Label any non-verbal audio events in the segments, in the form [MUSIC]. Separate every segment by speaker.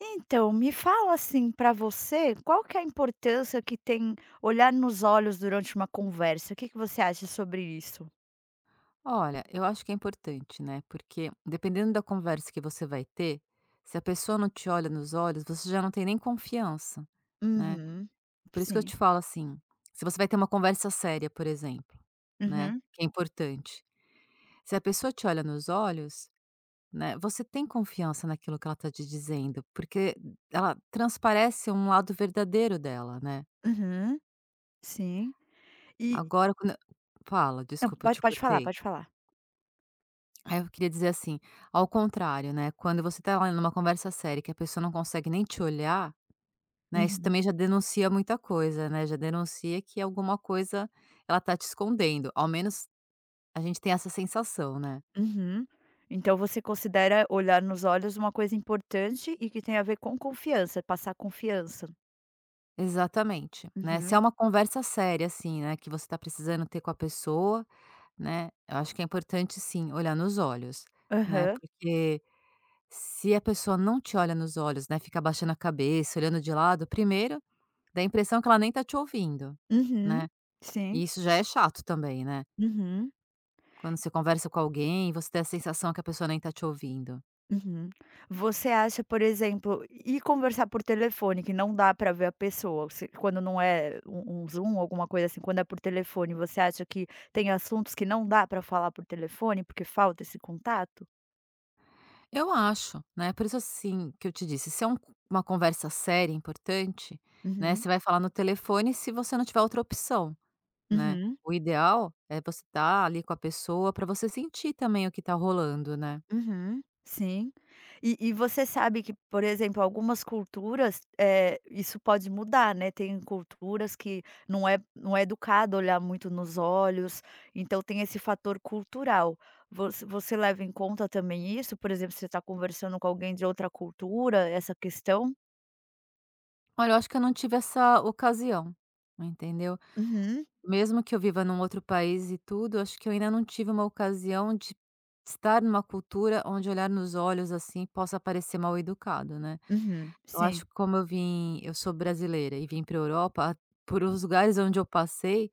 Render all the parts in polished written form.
Speaker 1: Então, me fala assim, para você, qual que é a importância que tem olhar nos olhos durante uma conversa? O que que você acha sobre isso?
Speaker 2: Olha, eu acho que é importante, né? Porque dependendo da conversa que você vai ter, se a pessoa não te olha nos olhos, você já não tem nem confiança, né?
Speaker 1: Uhum.
Speaker 2: Por isso que eu
Speaker 1: Sim.
Speaker 2: te falo assim: se você vai ter uma conversa séria, por exemplo, né?
Speaker 1: Uhum.
Speaker 2: Que é importante. Se a pessoa te olha nos olhos, né? Você tem confiança naquilo que ela tá te dizendo, porque ela transparece um lado verdadeiro dela, né?
Speaker 1: Uhum. Sim. E
Speaker 2: Agora, quando. Fala,
Speaker 1: não,
Speaker 2: desculpa, eu
Speaker 1: pode
Speaker 2: te
Speaker 1: pode falar,
Speaker 2: cortei.
Speaker 1: pode falar.
Speaker 2: Aí eu queria dizer assim, ao contrário, né, quando você tá lá numa conversa séria que a pessoa não consegue nem te olhar, né, isso
Speaker 1: Uhum.
Speaker 2: também já denuncia muita coisa, né, já denuncia que alguma coisa ela tá te escondendo, ao menos a gente tem essa sensação, né.
Speaker 1: Uhum. Então você considera olhar nos olhos uma coisa importante e que tem a ver com confiança, passar confiança.
Speaker 2: Exatamente, né, se é
Speaker 1: Uhum.
Speaker 2: uma conversa séria, assim, né, que você tá precisando ter com a pessoa, né, eu acho que é importante sim, olhar nos olhos, né,
Speaker 1: Aham.
Speaker 2: porque se a pessoa não te olha nos olhos, né, fica abaixando a cabeça, olhando de lado, primeiro dá a impressão que ela nem tá te ouvindo,
Speaker 1: Uhum.
Speaker 2: né.
Speaker 1: Sim.
Speaker 2: E isso já é chato também, né.
Speaker 1: Uhum.
Speaker 2: Quando você conversa com alguém você tem a sensação que a pessoa nem tá te ouvindo.
Speaker 1: Uhum. Você acha, por exemplo, ir conversar por telefone, que não dá para ver a pessoa, se quando não é um Zoom, alguma coisa assim, quando é por telefone, você acha que tem assuntos que não dá para falar por telefone, porque falta esse contato?
Speaker 2: Eu acho, né, por isso, assim, que eu te disse, se é um uma conversa séria, importante, né,
Speaker 1: Uhum,
Speaker 2: você vai falar no telefone se você não tiver outra opção, né.
Speaker 1: uhum.
Speaker 2: O ideal é você estar ali com a pessoa para você sentir também o que tá rolando, né.
Speaker 1: Uhum, sim. E você sabe que, por exemplo, algumas culturas, isso pode mudar, né, tem culturas que não é educado olhar muito nos olhos, então tem esse fator cultural. Você leva em conta também isso? Por exemplo, você está conversando com alguém de outra cultura, essa questão?
Speaker 2: Olha, eu acho que eu não tive essa ocasião, entendeu.
Speaker 1: Uhum,
Speaker 2: Mesmo que eu viva num outro país e tudo, acho que eu ainda não tive uma ocasião de estar numa cultura onde olhar nos olhos, assim, possa parecer mal educado, né.
Speaker 1: uhum,
Speaker 2: Eu acho
Speaker 1: sim.
Speaker 2: que como eu vim eu sou brasileira e vim para a Europa, por os lugares onde eu passei,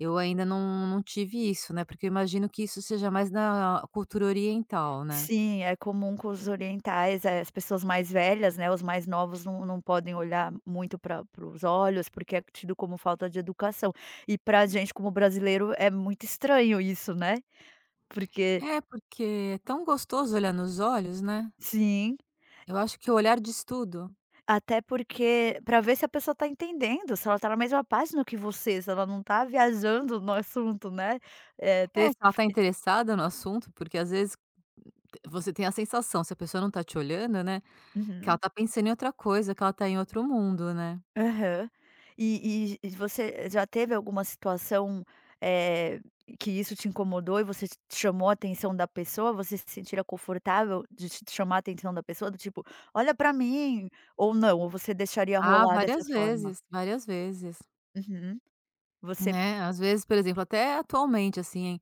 Speaker 2: eu ainda não tive isso, né, porque eu imagino que isso seja mais da cultura oriental, né.
Speaker 1: Sim, é comum com os orientais, as pessoas mais velhas, né, os mais novos não podem olhar muito pra para os olhos, porque é tido como falta de educação. E pra gente como brasileiro é muito estranho isso, né, porque
Speaker 2: É, porque é tão gostoso olhar nos olhos, né.
Speaker 1: sim,
Speaker 2: Eu acho que o olhar diz tudo.
Speaker 1: até porque para ver se a pessoa está entendendo, se ela está na mesma página que você, se ela não está viajando no assunto, né, ter
Speaker 2: É, se
Speaker 1: esse
Speaker 2: ela tá
Speaker 1: fi
Speaker 2: interessada no assunto, porque às vezes você tem a sensação, se a pessoa não tá te olhando, né, que ela
Speaker 1: uhum.
Speaker 2: tá pensando em outra coisa, que ela tá em outro mundo, né.
Speaker 1: Aham. E você já teve alguma situação, eh, que isso te incomodou e você te chamou a atenção da pessoa? Você se sentira confortável de chamar a atenção da pessoa, do tipo: "Olha pra mim!" Ou não, ou você deixaria
Speaker 2: Ah,
Speaker 1: rolar dessa forma?
Speaker 2: várias vezes,
Speaker 1: Uhum. Você.
Speaker 2: né. Às vezes, por exemplo, até atualmente, assim,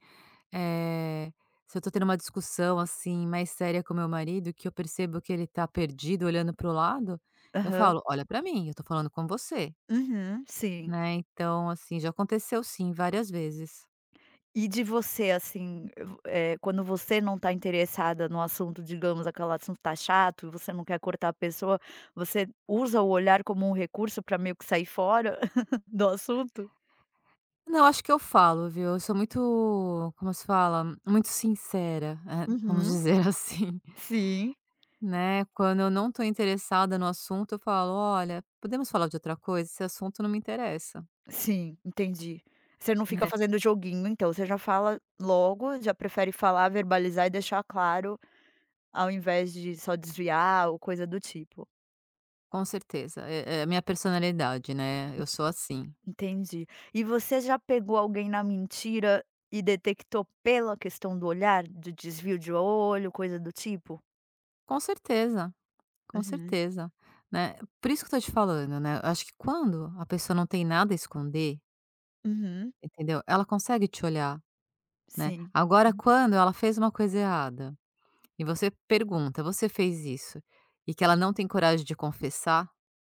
Speaker 2: eh, se eu tô tendo uma discussão, assim, mais séria com o meu marido, que eu percebo que ele tá perdido olhando para o lado, eu
Speaker 1: Aham.
Speaker 2: falo: "Olha pra mim, eu tô falando com você",
Speaker 1: Uhum, sim.
Speaker 2: né. Então, assim, já aconteceu sim, várias vezes.
Speaker 1: E de você, assim, quando você não está interessada no assunto, digamos, aquele assunto está chato e você não quer cortar a pessoa, você usa o olhar como um recurso para meio que sair fora [LAUGHS] do assunto?
Speaker 2: Não, acho que eu falo, viu. Eu sou muito, como se fala? Muito sincera, vamos
Speaker 1: Uhum.
Speaker 2: dizer [LAUGHS] assim,
Speaker 1: Sim,
Speaker 2: né. Quando eu não estou interessada no assunto, eu falo: "Olha, podemos falar de outra coisa? Esse assunto não me interessa",
Speaker 1: sim, entendi. Você não fica
Speaker 2: né.
Speaker 1: fazendo joguinho então, você já fala logo, já prefere falar, verbalizar e deixar claro, ao invés de só desviar ou coisa do tipo.
Speaker 2: Com certeza, é a minha personalidade, né, eu sou assim.
Speaker 1: Entendi. E você já pegou alguém na mentira e detectou pela questão do olhar, de desvio de olho, coisa do tipo?
Speaker 2: Com certeza, com
Speaker 1: Uhum.
Speaker 2: certeza, né. Por isso que eu estou te falando, né, eu acho que quando a pessoa não tem nada a esconder,
Speaker 1: Uhum,
Speaker 2: entendeu, ela consegue te olhar, né.
Speaker 1: sim.
Speaker 2: Agora
Speaker 1: Uhum.
Speaker 2: quando ela fez uma coisa errada e você pergunta: "Você fez isso?" E que ela não tem coragem de confessar,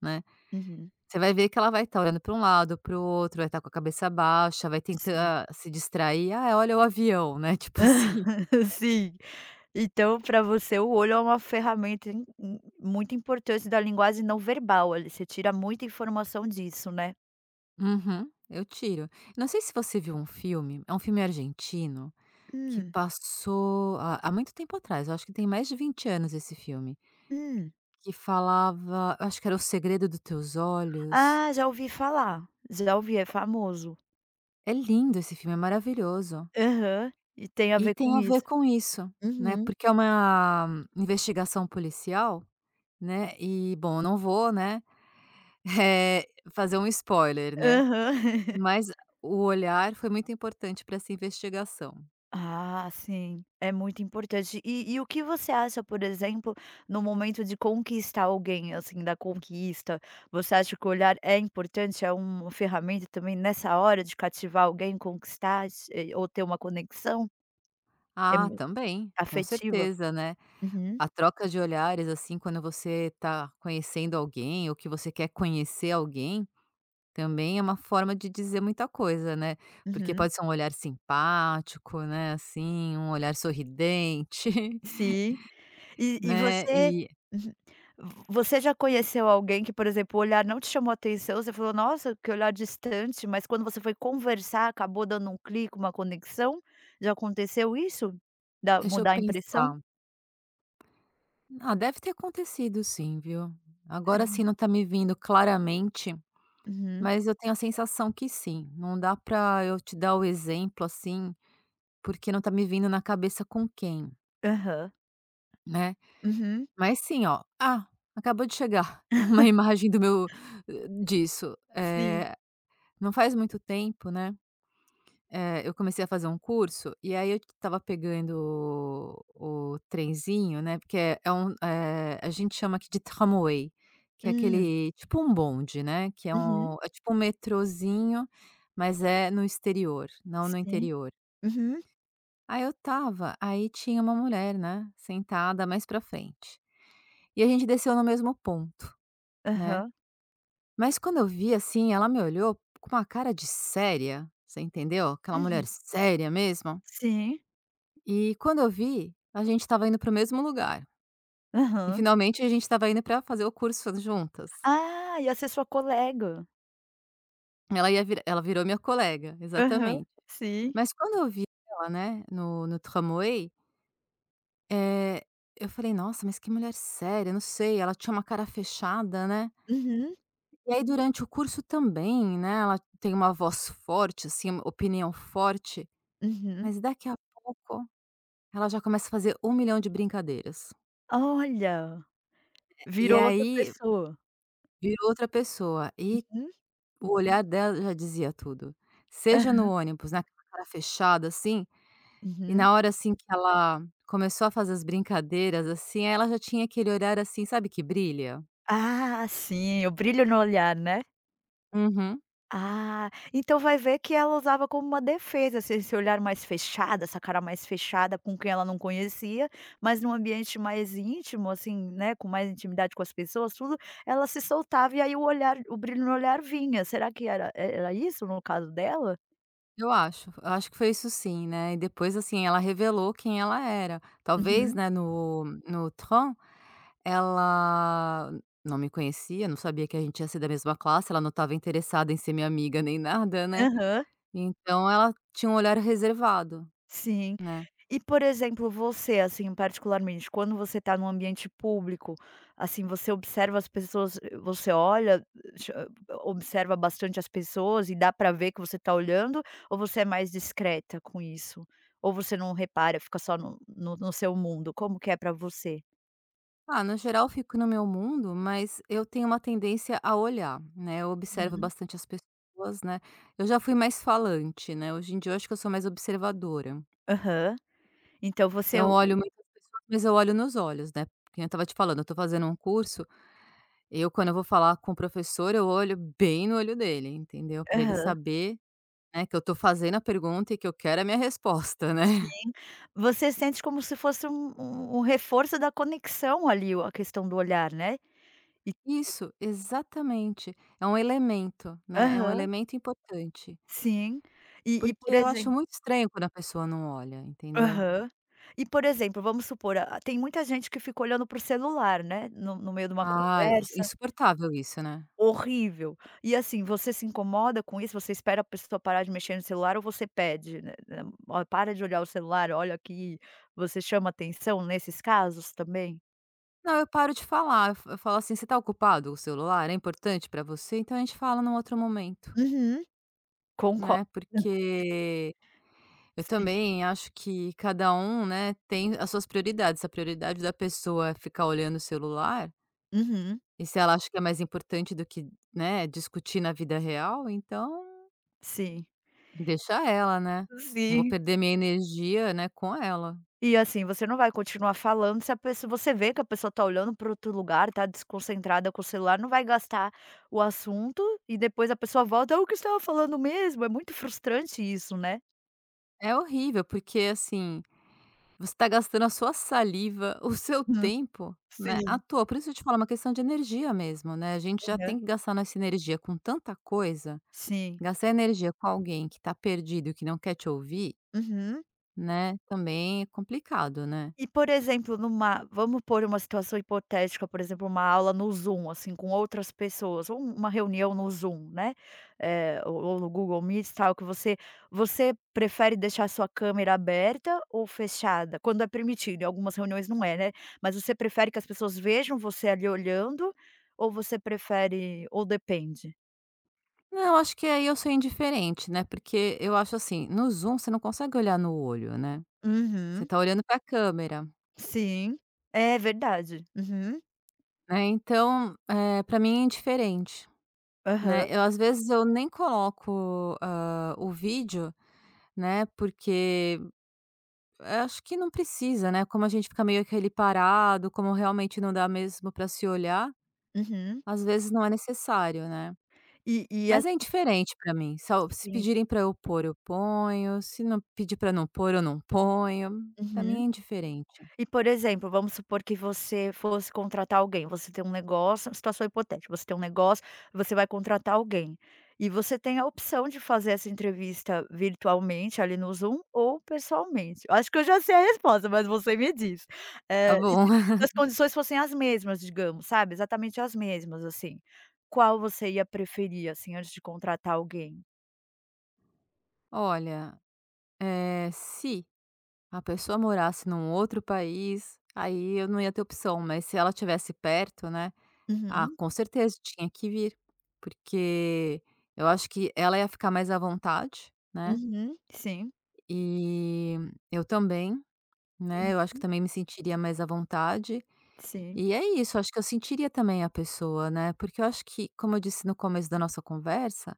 Speaker 2: né,
Speaker 1: Uhum,
Speaker 2: você vai ver que ela vai estar olhando para um lado, para o outro, vai estar com a cabeça baixa, vai
Speaker 1: sim.
Speaker 2: tentar se distrair: "Ah, olha o avião", né, [LAUGHS] tipo assim.
Speaker 1: [LAUGHS] Sim. Então, para você, o olho é uma ferramenta im im muito importante da linguagem não verbal ali, você tira muita informação disso, né?
Speaker 2: Uhum, eu tiro. Não sei se você viu um filme, é um filme argentino que
Speaker 1: Hum,
Speaker 2: passou há muito tempo atrás, eu acho que tem mais de 20 anos esse filme,
Speaker 1: hum.
Speaker 2: que falava eu acho que era O Segredo dos Teus Olhos.
Speaker 1: Ah, já ouvi falar, já ouvi, é famoso.
Speaker 2: É lindo esse filme, é maravilhoso.
Speaker 1: Aham, e tem a
Speaker 2: E
Speaker 1: ver com
Speaker 2: tem a ver
Speaker 1: isso.
Speaker 2: com isso, né,
Speaker 1: Uhum.
Speaker 2: porque é uma investigação policial, né, e bom, eu não vou, né, [LAUGHS] eh, fazer um spoiler, né,
Speaker 1: Aham. [LAUGHS]
Speaker 2: mas o olhar foi muito importante para essa investigação.
Speaker 1: Ah, sim, é muito importante. E o que você acha, por exemplo, no momento de conquistar alguém, assim, da conquista? Você acha que o olhar é importante, é uma ferramenta também nessa hora de cativar alguém, conquistar ou ter uma conexão, eh,
Speaker 2: Ah,
Speaker 1: mu
Speaker 2: também, com
Speaker 1: afetiva?
Speaker 2: certeza, né,
Speaker 1: Uhum,
Speaker 2: a troca de olhares, assim, quando você está conhecendo alguém ou que você quer conhecer alguém, também é uma forma de dizer muita coisa, né, porque
Speaker 1: uhum.
Speaker 2: pode ser um olhar simpático, né, assim, um olhar sorridente. [LAUGHS]
Speaker 1: Sim. E
Speaker 2: Né,
Speaker 1: você.
Speaker 2: e
Speaker 1: Uhum. Você já conheceu alguém que, por exemplo, o olhar não te chamou atenção, você falou: "Nossa, que olhar distante", mas quando você foi conversar, acabou dando um clique, uma conexão? Já aconteceu isso? Da
Speaker 2: deixa eu
Speaker 1: mudar a impressão?
Speaker 2: pensar. Ah, deve ter acontecido sim, viu. Agora sim
Speaker 1: Uhum.
Speaker 2: não tá me vindo claramente,
Speaker 1: Uhum.
Speaker 2: mas eu tenho a sensação que sim. Não dá pra eu te dar o exemplo, assim, porque não tá me vindo na cabeça com quem,
Speaker 1: Aham.
Speaker 2: né.
Speaker 1: Uhum.
Speaker 2: Mas sim, ó, ah, acabou de chegar [LAUGHS] uma imagem do meu disso.
Speaker 1: Sim.
Speaker 2: É não faz muito tempo, né. Eu comecei a fazer um curso, e aí eu estava pegando o trenzinho, né, porque é um a gente chama aqui de tramway, que é
Speaker 1: Hum.
Speaker 2: aquele tipo um bonde, né, que é
Speaker 1: Uhum.
Speaker 2: um é tipo um metrozinho, mas é no exterior, não no
Speaker 1: Sim.
Speaker 2: interior.
Speaker 1: Uhum.
Speaker 2: Aí eu tava, aí tinha uma mulher, né, sentada mais pra frente. E a gente desceu no mesmo ponto, né.
Speaker 1: Aham.
Speaker 2: Mas quando eu vi, assim, ela me olhou com uma cara de séria, você entendeu? Aquela
Speaker 1: Uhum.
Speaker 2: mulher séria mesmo.
Speaker 1: Sim.
Speaker 2: E quando eu vi, a gente estava indo para o mesmo lugar. E
Speaker 1: Aham.
Speaker 2: finalmente a gente estava indo para fazer o curso juntas.
Speaker 1: Ah, ia ser sua colega.
Speaker 2: Ela ia vir ela virou minha colega,
Speaker 1: Aham.
Speaker 2: exatamente.
Speaker 1: Sim.
Speaker 2: Mas quando eu vi ela, né, no tramway, eh, eu falei: "Nossa, mas que mulher séria", não sei, ela tinha uma cara fechada, né.
Speaker 1: Uhum.
Speaker 2: E aí durante o curso também, né, ela tem uma voz forte, assim, uma opinião forte,
Speaker 1: Uhum.
Speaker 2: mas daqui a pouco ela já começa a fazer um milhão de brincadeiras.
Speaker 1: Olha!
Speaker 2: E
Speaker 1: Virou outra
Speaker 2: aí
Speaker 1: pessoa.
Speaker 2: virou outra pessoa. E
Speaker 1: Uhum.
Speaker 2: o olhar dela já dizia tudo. Seja
Speaker 1: Aham.
Speaker 2: no ônibus, naquela cara fechada, assim, e
Speaker 1: Uhum.
Speaker 2: na hora, assim, que ela começou a fazer as brincadeiras, assim, ela já tinha aquele olhar, assim, sabe que brilha?
Speaker 1: Ah, sim, o brilho no olhar, né?
Speaker 2: Uhum.
Speaker 1: Ah, então vai ver que ela usava como uma defesa, assim, esse olhar mais fechado, essa cara mais fechada com quem ela não conhecia, mas num ambiente mais íntimo, assim, né, com mais intimidade com as pessoas, tudo, ela se soltava e aí o olhar o brilho no olhar vinha. Será que era isso no caso dela?
Speaker 2: Eu acho que foi isso sim, né, e depois, assim, ela revelou quem ela era. Talvez,
Speaker 1: Uhum.
Speaker 2: né, no Tron, ela não me conhecia, não sabia que a gente ia ser da mesma classe, ela não estava interessada em ser minha amiga nem nada, né,
Speaker 1: Aham,
Speaker 2: então ela tinha um olhar reservado,
Speaker 1: sim.
Speaker 2: né.
Speaker 1: E, por exemplo, você, assim, particularmente, quando você está num ambiente público, assim, você observa as pessoas, você olha, cha observa bastante as pessoas e dá para ver que você está olhando, ou você é mais discreta com isso? Ou você não repara, fica só no seu mundo? Como que é pra você?
Speaker 2: Ah, no geral, eu fico no meu mundo, mas eu tenho uma tendência a olhar, né? Eu observo
Speaker 1: Uhum.
Speaker 2: bastante as pessoas, né? Eu já fui mais falante, né? Hoje em dia, eu acho que eu sou mais observadora.
Speaker 1: Aham. Então você.
Speaker 2: Então, eu olho muitas pessoas, mas eu olho nos olhos, né? Porque eu tava te falando, eu tô fazendo um curso, eu, quando eu vou falar com o professor, eu olho bem no olho dele, entendeu? Para ele
Speaker 1: Aham.
Speaker 2: saber, né, que eu tô fazendo a pergunta e que eu quero a minha resposta, né?
Speaker 1: Sim.
Speaker 2: [LAUGHS]
Speaker 1: Você sente como se fosse um reforço da conexão ali, o a questão do olhar, né? E.
Speaker 2: Isso, exatamente. É um elemento, né? É um
Speaker 1: Aham,
Speaker 2: elemento importante.
Speaker 1: sim. E
Speaker 2: Porque
Speaker 1: por
Speaker 2: eu acho
Speaker 1: exemplo.
Speaker 2: muito estranho quando a pessoa não olha, entendeu.
Speaker 1: Aham. E, por exemplo, vamos supor, ah, tem muita gente que fica olhando pro celular, né, no meio de uma
Speaker 2: Ah,
Speaker 1: conversa.
Speaker 2: insuportável isso, né.
Speaker 1: Horrível. E, assim, você se incomoda com isso? Você espera a pessoa parar de mexer no celular ou você pede, né, né: "Ó, para de olhar o celular, olha aqui". Você chama atenção nesses casos também?
Speaker 2: Não, eu paro de falar, eu falo assim: "Você tá ocupado? O celular é importante pra você? Então a gente fala num outro momento",
Speaker 1: Uhum. Concordo.
Speaker 2: né,
Speaker 1: [LAUGHS]
Speaker 2: porque eu
Speaker 1: Sim.
Speaker 2: também acho que cada um, né, tem as suas prioridades, se a prioridade da pessoa é ficar olhando o celular,
Speaker 1: Uhum.
Speaker 2: e se ela acha que é mais importante do que, né, discutir na vida real, então
Speaker 1: Sim.
Speaker 2: deixa ela, né, não vou
Speaker 1: Sim.
Speaker 2: perder minha energia, né, com ela.
Speaker 1: E assim, você não vai continuar falando se a pessoa você vê que a pessoa tá olhando para outro lugar, tá desconcentrada com o celular, não vai gastar o assunto e depois a pessoa volta: "Ah, o que você estava falando mesmo?". É muito frustrante isso, né?
Speaker 2: É horrível, porque assim, você tá gastando a sua saliva, o seu
Speaker 1: Hum,
Speaker 2: tempo, né, à
Speaker 1: sim.
Speaker 2: toa. Por isso eu te falo, é uma questão de energia mesmo, né, a gente já
Speaker 1: Aham.
Speaker 2: tem que gastar nossa energia com tanta coisa,
Speaker 1: Sim.
Speaker 2: gastar energia com alguém que tá perdido e que não quer te ouvir,
Speaker 1: Uhum.
Speaker 2: né, também é complicado, né.
Speaker 1: E, por exemplo, numa vamos pôr uma situação hipotética, por exemplo, uma aula no Zoom, assim, com outras pessoas, ou uma reunião no Zoom, né, ou no Google Meet, tal, que você prefere deixar sua câmera aberta ou fechada? Quando é permitido, em algumas reuniões não é, né, mas você prefere que as pessoas vejam você ali olhando, ou você prefere ou depende?
Speaker 2: Não, acho que aí eu sou indiferente, né, porque eu acho assim, no Zoom você não consegue olhar no olho, né, você
Speaker 1: Uhum,
Speaker 2: tá olhando pra câmera,
Speaker 1: sim. É verdade. Uhum.
Speaker 2: né, então, pra mim é indiferente. Né,
Speaker 1: Aham.
Speaker 2: eu às vezes eu nem coloco, o vídeo, né, porque eu acho que não precisa, né, como a gente fica meio aquele parado, como realmente não dá mesmo para se olhar,
Speaker 1: Uhum.
Speaker 2: às vezes não é necessário, né.
Speaker 1: E
Speaker 2: Mas é indiferente para mim, só se
Speaker 1: assim.
Speaker 2: pedirem para eu pôr, eu ponho, se não pedir para não pôr, eu não ponho, para mim
Speaker 1: Uhum.
Speaker 2: é indiferente.
Speaker 1: E, por exemplo, vamos supor que você fosse contratar alguém, você tem um negócio, situação hipotética, você tem um negócio, você vai contratar alguém. E você tem a opção de fazer essa entrevista virtualmente ali no Zoom ou pessoalmente. Eu acho que eu já sei a resposta, mas você me diz.
Speaker 2: Tá
Speaker 1: E
Speaker 2: bom.
Speaker 1: se
Speaker 2: [LAUGHS]
Speaker 1: as condições fossem as mesmas, digamos, sabe, exatamente as mesmas, assim, qual você ia preferir, assim, antes de contratar alguém?
Speaker 2: Olha, se a pessoa morasse num outro país, aí eu não ia ter opção, mas se ela estivesse perto, né. Ah,
Speaker 1: Uhum,
Speaker 2: com certeza, tinha que vir, porque eu acho que ela ia ficar mais à vontade, né,
Speaker 1: uhum, sim,
Speaker 2: e eu também, né, eu acho que
Speaker 1: uhum,
Speaker 2: também me sentiria mais à vontade,
Speaker 1: sim,
Speaker 2: e é isso, acho que eu sentiria também a pessoa, né, porque eu acho que, como eu disse no começo da nossa conversa,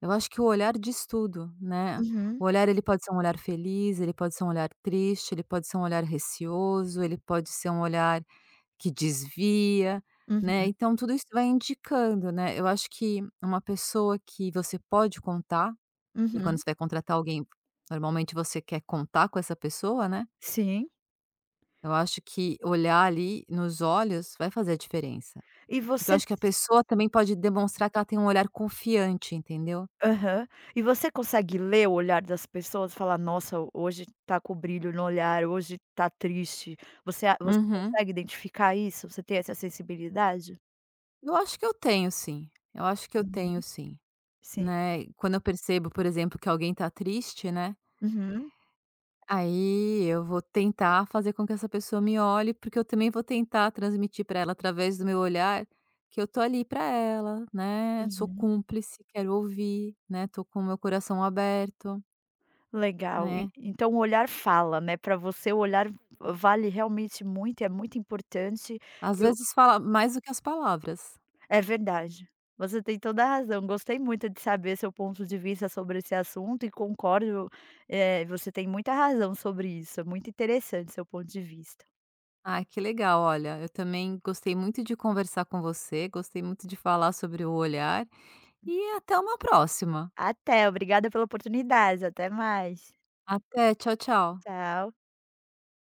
Speaker 2: eu acho que o olhar diz tudo, né.
Speaker 1: uhum,
Speaker 2: O olhar, ele pode ser um olhar feliz, ele pode ser um olhar triste, ele pode ser um olhar receoso, ele pode ser um olhar que desvia, né,
Speaker 1: uhum,
Speaker 2: então tudo isso vai indicando, né. Eu acho que uma pessoa que você pode contar, e quando
Speaker 1: uhum,
Speaker 2: você vai contratar alguém, normalmente você quer contar com essa pessoa, né,
Speaker 1: sim.
Speaker 2: eu acho que olhar ali nos olhos vai fazer a diferença.
Speaker 1: E
Speaker 2: Porque eu
Speaker 1: você.
Speaker 2: acho que a pessoa também pode demonstrar que ela tem um olhar confiante, entendeu.
Speaker 1: Aham. E você consegue ler o olhar das pessoas? Falar: "Nossa, hoje tá com brilho no olhar, hoje tá triste". Você
Speaker 2: Uhum.
Speaker 1: consegue identificar isso? Você tem essa sensibilidade?
Speaker 2: Eu acho que eu tenho sim, eu acho que eu
Speaker 1: Uhum.
Speaker 2: tenho sim,
Speaker 1: Sim.
Speaker 2: né. Quando eu percebo, por exemplo, que alguém tá triste, né,
Speaker 1: Uhum,
Speaker 2: aí eu vou tentar fazer com que essa pessoa me olhe, porque eu também vou tentar transmitir para ela através do meu olhar que eu tô ali para ela, né, sou
Speaker 1: uhum.
Speaker 2: cúmplice, quero ouvir, né, tô com o meu coração aberto,
Speaker 1: Legal. E
Speaker 2: né.
Speaker 1: então o olhar fala, né, pra você o olhar vale realmente muito, é muito importante
Speaker 2: Às
Speaker 1: e o.
Speaker 2: vezes fala mais do que as palavras.
Speaker 1: É verdade. Você tem toda a razão. Gostei muito de saber seu ponto de vista sobre esse assunto e concordo, você tem muita razão sobre isso. É muito interessante seu ponto de vista.
Speaker 2: "Ah, que legal, olha, eu também gostei muito de conversar com você, gostei muito de falar sobre o olhar e até uma próxima.
Speaker 1: Até, obrigada pela oportunidade. Até mais.
Speaker 2: Até, tchau, tchau.
Speaker 1: Tchau.